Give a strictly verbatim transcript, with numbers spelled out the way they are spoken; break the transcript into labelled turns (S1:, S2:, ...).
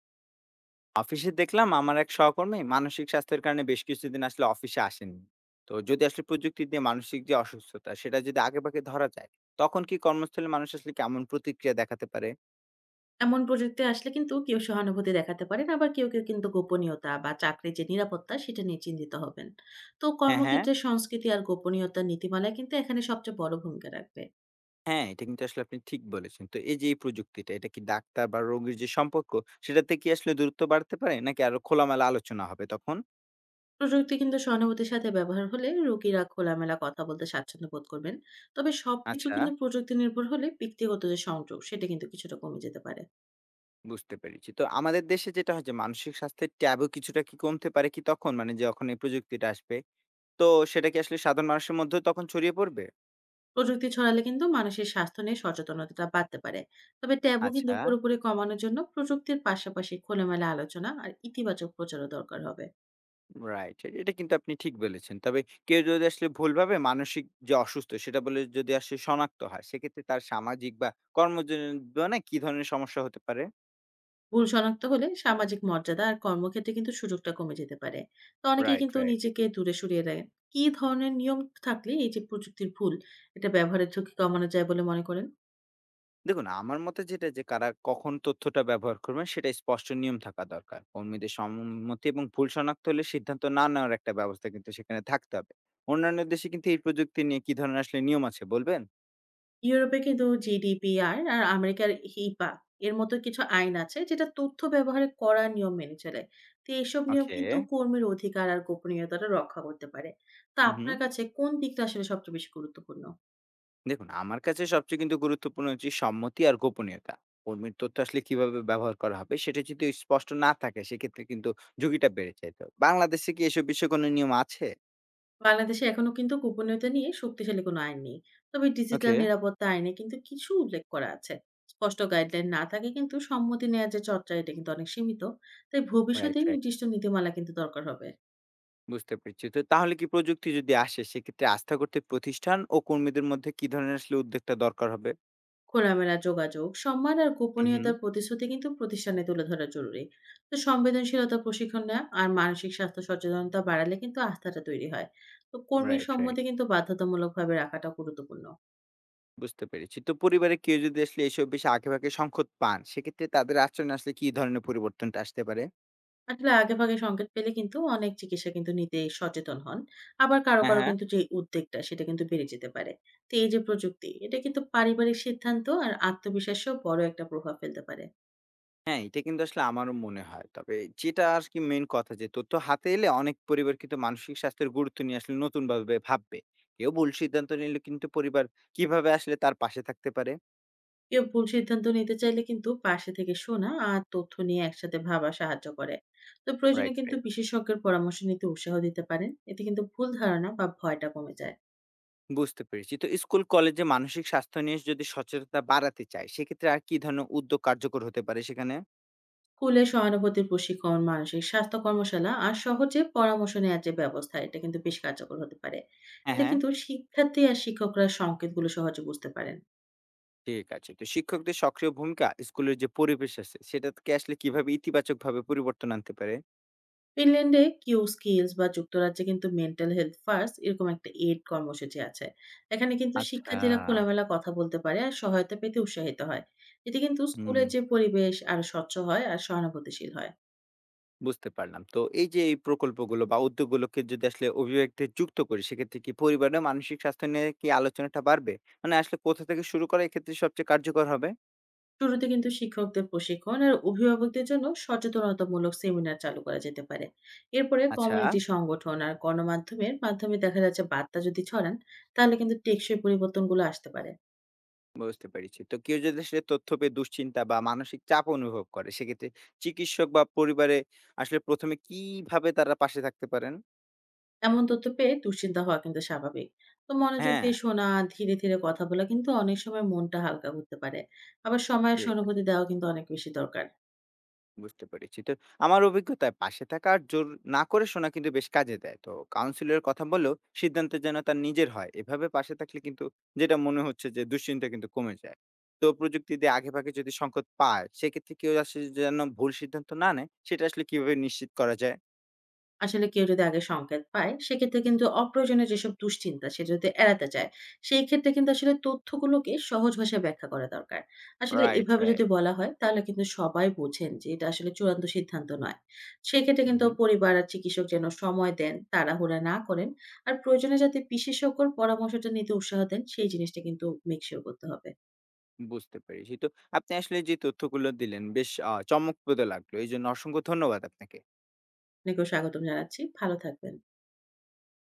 S1: অফিসে দেখলাম আমার এক সহকর্মী মানসিক স্বাস্থ্যের কারণে বেশ কিছুদিন আসলে অফিসে আসেননি। তো যদি আসলে প্রযুক্তি দিয়ে মানসিক যে অসুস্থতা সেটা যদি আগে ভাগে ধরা যায়, তখন কি কর্মস্থলে মানুষ আসলে কেমন প্রতিক্রিয়া দেখাতে পারে?
S2: এমন প্রযুক্তি আসলে কিন্তু কেউ সহানুভূতি দেখাতে পারেন, আবার কেউ কেউ কিন্তু গোপনীয়তা বা চাকরির যে নিরাপত্তা সেটা নিয়ে চিন্তিত হবেন। তো
S1: হ্যাঁ, হ্যাঁ,
S2: কর্মক্ষেত্রে সংস্কৃতি আর গোপনীয়তার নীতিমালা কিন্তু এখানে সবচেয়ে বড় ভূমিকা রাখবে।
S1: হ্যাঁ, এটা কিন্তু আসলে আপনি ঠিক বলেছেন। তো এই যে এই প্রযুক্তিটা, এটা কি ডাক্তার বা রোগীর যে সম্পর্ক, সেটাতে কি আসলে দূরত্ব বাড়তে পারে নাকি আরো খোলামেলা আলোচনা হবে তখন?
S2: প্রযুক্তি কিন্তু সহানুভূতির সাথে ব্যবহার হলে রোগীরা খোলামেলা কথা বলতে স্বাচ্ছন্দ্য বোধ করবেন। তবে সবকিছু
S1: আচ্ছা,
S2: কিন্তু প্রযুক্তি নির্ভর হলে ব্যক্তিগত যে সংযোগ সেটা কিন্তু কিছুটা কমে যেতে পারে।
S1: বুঝতে পেরেছি। তো আমাদের দেশে যেটা হয় যে মানসিক স্বাস্থ্যের ট্যাবও কিছুটা কি কমতে পারে কি তখন, মানে যখন এই প্রযুক্তিটা আসবে? তো সেটা কি আসলে সাধারণ মানুষের মধ্যেও তখন ছড়িয়ে পড়বে?
S2: প্রযুক্তি ছড়ালে কিন্তু মানুষের স্বাস্থ্য নিয়ে সচেতনতাটা বাড়তে পারে। তবে ট্যাবু কিন্তু
S1: আচ্ছা,
S2: পুরোপুরি কমানোর জন্য প্রযুক্তির পাশাপাশি খোলামেলা আলোচনা আর ইতিবাচক প্রচারও দরকার হবে।
S1: রাইট। এটা কিন্তু আপনি ঠিক বলেছেন। তবে কেউ যদি আসলে ভুলভাবে মানসিক যে অসুস্থ সেটা বলে যদি আসলে শনাক্ত হয়, সেক্ষেত্রে তার সামাজিক বা কর্মজীবনে কি ধরনের সমস্যা হতে পারে?
S2: ভুল শনাক্ত হলে সামাজিক মর্যাদা আর কর্মক্ষেত্রে কিন্তু সুযোগটা কমে যেতে পারে। তো অনেকে
S1: রাইট,
S2: কিন্তু
S1: রাইট।
S2: নিজেকে দূরে সরিয়ে রাখেন। কি ধরনের নিয়ম থাকলে এই যে প্রযুক্তির ভুল, এটা ব্যবহারের ঝুঁকি কমানো যায় বলে মনে করেন?
S1: দেখুন, আমার মতে যেটা যে কারা কখন তথ্যটা ব্যবহার করবেন সেটা স্পষ্ট নিয়ম থাকা দরকার। কর্মীদের সম্মতি এবং ভুল শনাক্ত হলে সিদ্ধান্ত না নেওয়ার একটা ব্যবস্থা কিন্তু সেখানে থাকতে হবে। অন্যান্য দেশে কিন্তু এই প্রযুক্তি নিয়ে কি ধরনের আসলে নিয়ম আছে বলবেন?
S2: ইউরোপে কিন্তু GDPR আর আমেরিকার হিপা এর মতো কিছু আইন আছে, যেটা তথ্য ব্যবহারে কড়া নিয়ম মেনে চলে। তো এইসব নিয়ম
S1: ওকে।
S2: কিন্তু কর্মীর অধিকার আর গোপনীয়তাটা রক্ষা করতে পারে। তো
S1: হু, হু।
S2: আপনার কাছে কোন দিকটা আসলে সবচেয়ে বেশি গুরুত্বপূর্ণ?
S1: দেখুন, আমার কাছে সবচেয়ে কিন্তু গুরুত্বপূর্ণ হচ্ছে সম্মতি আর গোপনীয়তা। কর্মীর তথ্য আসলে কিভাবে ব্যবহার করা হবে সেটা যদি স্পষ্ট না থাকে, সেক্ষেত্রে কিন্তু ঝুঁকিটা বেড়ে যায়। তো বাংলাদেশে কি এসব বিষয়ে কোনো নিয়ম আছে?
S2: বাংলাদেশে এখনো কিন্তু গোপনীয়তা নিয়ে শক্তিশালী কোনো আইন নেই। তবে ডিজিটাল
S1: ওকে।
S2: নিরাপত্তা আইনে কিন্তু কিছু উল্লেখ করা আছে। স্পষ্ট গাইডলাইন না থাকে কিন্তু সম্মতি নেওয়ার যে চর্চা, এটা কিন্তু অনেক সীমিত। তাই ভবিষ্যতে
S1: রাইট, রাইট।
S2: নির্দিষ্ট নীতিমালা কিন্তু দরকার হবে।
S1: বুঝতে পেরেছি। তো তাহলে কি প্রযুক্তি যদি আসে, সেক্ষেত্রে আস্থা করতে প্রতিষ্ঠান ও কর্মীদের মধ্যে কি ধরনের আসলে উদ্যোগটা দরকার হবে?
S2: খোলামেলা যোগাযোগ, সম্মান আর
S1: হুম।
S2: গোপনীয়তার প্রতিশ্রুতি কিন্তু প্রতিষ্ঠানে তুলে ধরা জরুরি। তো সংবেদনশীলতা প্রশিক্ষণ নেওয়া আর মানসিক স্বাস্থ্য সচেতনতা বাড়ালে কিন্তু আস্থাটা তৈরি হয়। তো কর্মীর
S1: রাইট,
S2: সম্মতি
S1: রাইট।
S2: কিন্তু বাধ্যতামূলকভাবে রাখাটা গুরুত্বপূর্ণ।
S1: বুঝতে পেরেছি। তো পরিবারে কেউ যদি আসলে এসব বিষয়ে আগে ভাগে সংকট পান, সেক্ষেত্রে তাদের আচরণে আসলে কি ধরনের পরিবর্তনটা আসতে পারে?
S2: আসলে আগেভাগে সংকেত পেলে কিন্তু অনেক চিকিৎসা কিন্তু নিতে সচেতন হন। আবার কারো,
S1: হ্যাঁ,
S2: কারো
S1: হ্যাঁ।
S2: কিন্তু যে উদ্বেগটা সেটা কিন্তু বেড়ে যেতে পারে। তো এই যে প্রযুক্তি, এটা কিন্তু পারিবারিক সিদ্ধান্ত আর আত্মবিশ্বাসেও বড় একটা প্রভাব ফেলতে পারে।
S1: হ্যাঁ, এটা কিন্তু আসলে আমারও মনে হয়। তবে যেটা আরকি মেইন কথা, যে তথ্য হাতে এলে অনেক পরিবার কিন্তু মানসিক স্বাস্থ্যের গুরুত্ব নিয়ে আসলে নতুনভাবে ভাববে। কেউ ভুল সিদ্ধান্ত নিলে কিন্তু পরিবার কিভাবে আসলে তার পাশে থাকতে পারে?
S2: কেউ ভুল সিদ্ধান্ত নিতে চাইলে কিন্তু পাশে থেকে শোনা আর তথ্য নিয়ে একসাথে ভাবা সাহায্য করে। তো প্রয়োজনে
S1: রাইট,
S2: কিন্তু
S1: রাইট।
S2: বিশেষজ্ঞের পরামর্শ নিতে উৎসাহ দিতে পারেন, এতে কিন্তু ভুল ধারণা বা ভয়টা কমে যায়।
S1: বুঝতে পেরেছি। তো স্কুল, কলেজে মানসিক স্বাস্থ্য নিয়ে যদি সচেতনতা বাড়াতে চায়, সেক্ষেত্রে আর কি ধরনের উদ্যোগ কার্যকর হতে পারে সেখানে?
S2: স্কুলে সহানুভূতির প্রশিক্ষণ, মানসিক স্বাস্থ্য কর্মশালা আর সহজে পরামর্শ নেওয়ার যে ব্যবস্থা, এটা কিন্তু বেশ কার্যকর হতে পারে।
S1: হ্যাঁ,
S2: এতে
S1: হ্যাঁ।
S2: কিন্তু শিক্ষার্থী আর শিক্ষকরা সংকেতগুলো সহজে বুঝতে পারেন।
S1: ঠিক আছে। তো শিক্ষকদের সক্রিয় ভূমিকা স্কুলের যে পরিবেশ আছে, সেটাকে আসলে কিভাবে ইতিবাচকভাবে পরিবর্তন আনতে পারে?
S2: ফিনল্যান্ডে কিউ স্কিলস বা যুক্তরাজ্যে কিন্তু মেন্টাল হেলথ ফার্স্ট, এরকম একটা এড কর্মসূচি আছে। এখানে কিন্তু
S1: আচ্ছা।
S2: শিক্ষার্থীরা খোলামেলা কথা বলতে পারে আর সহায়তা পেতে উৎসাহিত হয়। এতে কিন্তু
S1: হুম।
S2: স্কুলের যে পরিবেশ আর স্বচ্ছ হয় আর সহানুভূতিশীল হয়।
S1: বুঝতে পারলাম। তো এই যে এই প্রকল্পগুলো বা উদ্যোগগুলোকে যদি আসলে অভিভাবকদের যুক্ত করি, সেক্ষেত্রে কি পরিবারের মানসিক স্বাস্থ্য নিয়ে কি আলোচনাটা বাড়বে? মানে আসলে কোথা থেকে শুরু করা এক্ষেত্রে সবচেয়ে কার্যকর হবে?
S2: শুরুতে কিন্তু শিক্ষকদের প্রশিক্ষণ আর অভিভাবকদের জন্য সচেতনতামূলক সেমিনার চালু করা যেতে পারে। এরপরে
S1: আচ্ছা,
S2: কমিউনিটি সংগঠন আর গণমাধ্যমের মাধ্যমে দেখা যাচ্ছে বার্তা যদি ছড়ান, তাহলে কিন্তু টেকসই পরিবর্তনগুলো আসতে পারে।
S1: বুঝতে পেরেছি। তো কেউ যদি আসলে তথ্য পেয়ে দুশ্চিন্তা বা মানসিক চাপ অনুভব করে, সেক্ষেত্রে চিকিৎসক বা পরিবারে আসলে প্রথম এ কিভাবে তারা পাশে থাকতে পারেন?
S2: এমন তথ্য পেয়ে দুশ্চিন্তা হওয়া কিন্তু স্বাভাবিক। তো মনোযোগ
S1: হ্যাঁ,
S2: দিয়ে শোনা, ধীরে ধীরে কথা বলা কিন্তু অনেক সময় মনটা হালকা করতে পারে। আবার সময়ের
S1: ঠিক
S2: সহানুভূতি
S1: আছে।
S2: দেওয়া কিন্তু অনেক বেশি দরকার।
S1: বুঝতে পেরেছি। তো আমার অভিজ্ঞতায় পাশে থাকা আর জোর না করে শোনা কিন্তু বেশ কাজে দেয়। তো কাউন্সিলরের কথা বললেও সিদ্ধান্ত যেন তার নিজের হয়। এভাবে পাশে থাকলে কিন্তু, যেটা মনে হচ্ছে, যে দুশ্চিন্তা কিন্তু কমে যায়। তো প্রযুক্তি দিয়ে আগেভাগে যদি সংকট পায়, সেক্ষেত্রে কেউ আসলে যেন ভুল সিদ্ধান্ত না নেয়, সেটা আসলে কিভাবে নিশ্চিত করা যায়?
S2: আসলে কেউ যদি আগে সংকেত পায়, সেক্ষেত্রে কিন্তু অপ্রয়োজনীয় যেসব দুশ্চিন্তা সে যদি এড়াতে চায়, সেই ক্ষেত্রে কিন্তু আসলে তথ্যগুলোকে সহজ ভাষায় ব্যাখ্যা করা দরকার। আসলে
S1: রাইট,
S2: এভাবে যদি
S1: রাইট।
S2: বলা হয় তাহলে কিন্তু সবাই বোঝেন যে এটা আসলে চূড়ান্ত সিদ্ধান্ত নয়। সেক্ষেত্রে
S1: হুম,
S2: কিন্তু
S1: হুম।
S2: পরিবার আর চিকিৎসক যেন সময় দেন, তাড়াহুড়া না করেন। আর প্রয়োজনে যাতে বিশেষজ্ঞর পরামর্শটা নিতে উৎসাহ দেন, সেই জিনিসটা কিন্তু মেক সিউর করতে হবে।
S1: বুঝতে পেরেছি। তো আপনি আসলে যে তথ্যগুলো দিলেন বেশ আ চমকপ্রদ লাগলো। এইজন্য অসংখ্য ধন্যবাদ আপনাকে।
S2: আপনাকেও স্বাগতম জানাচ্ছি। ভালো থাকবেন।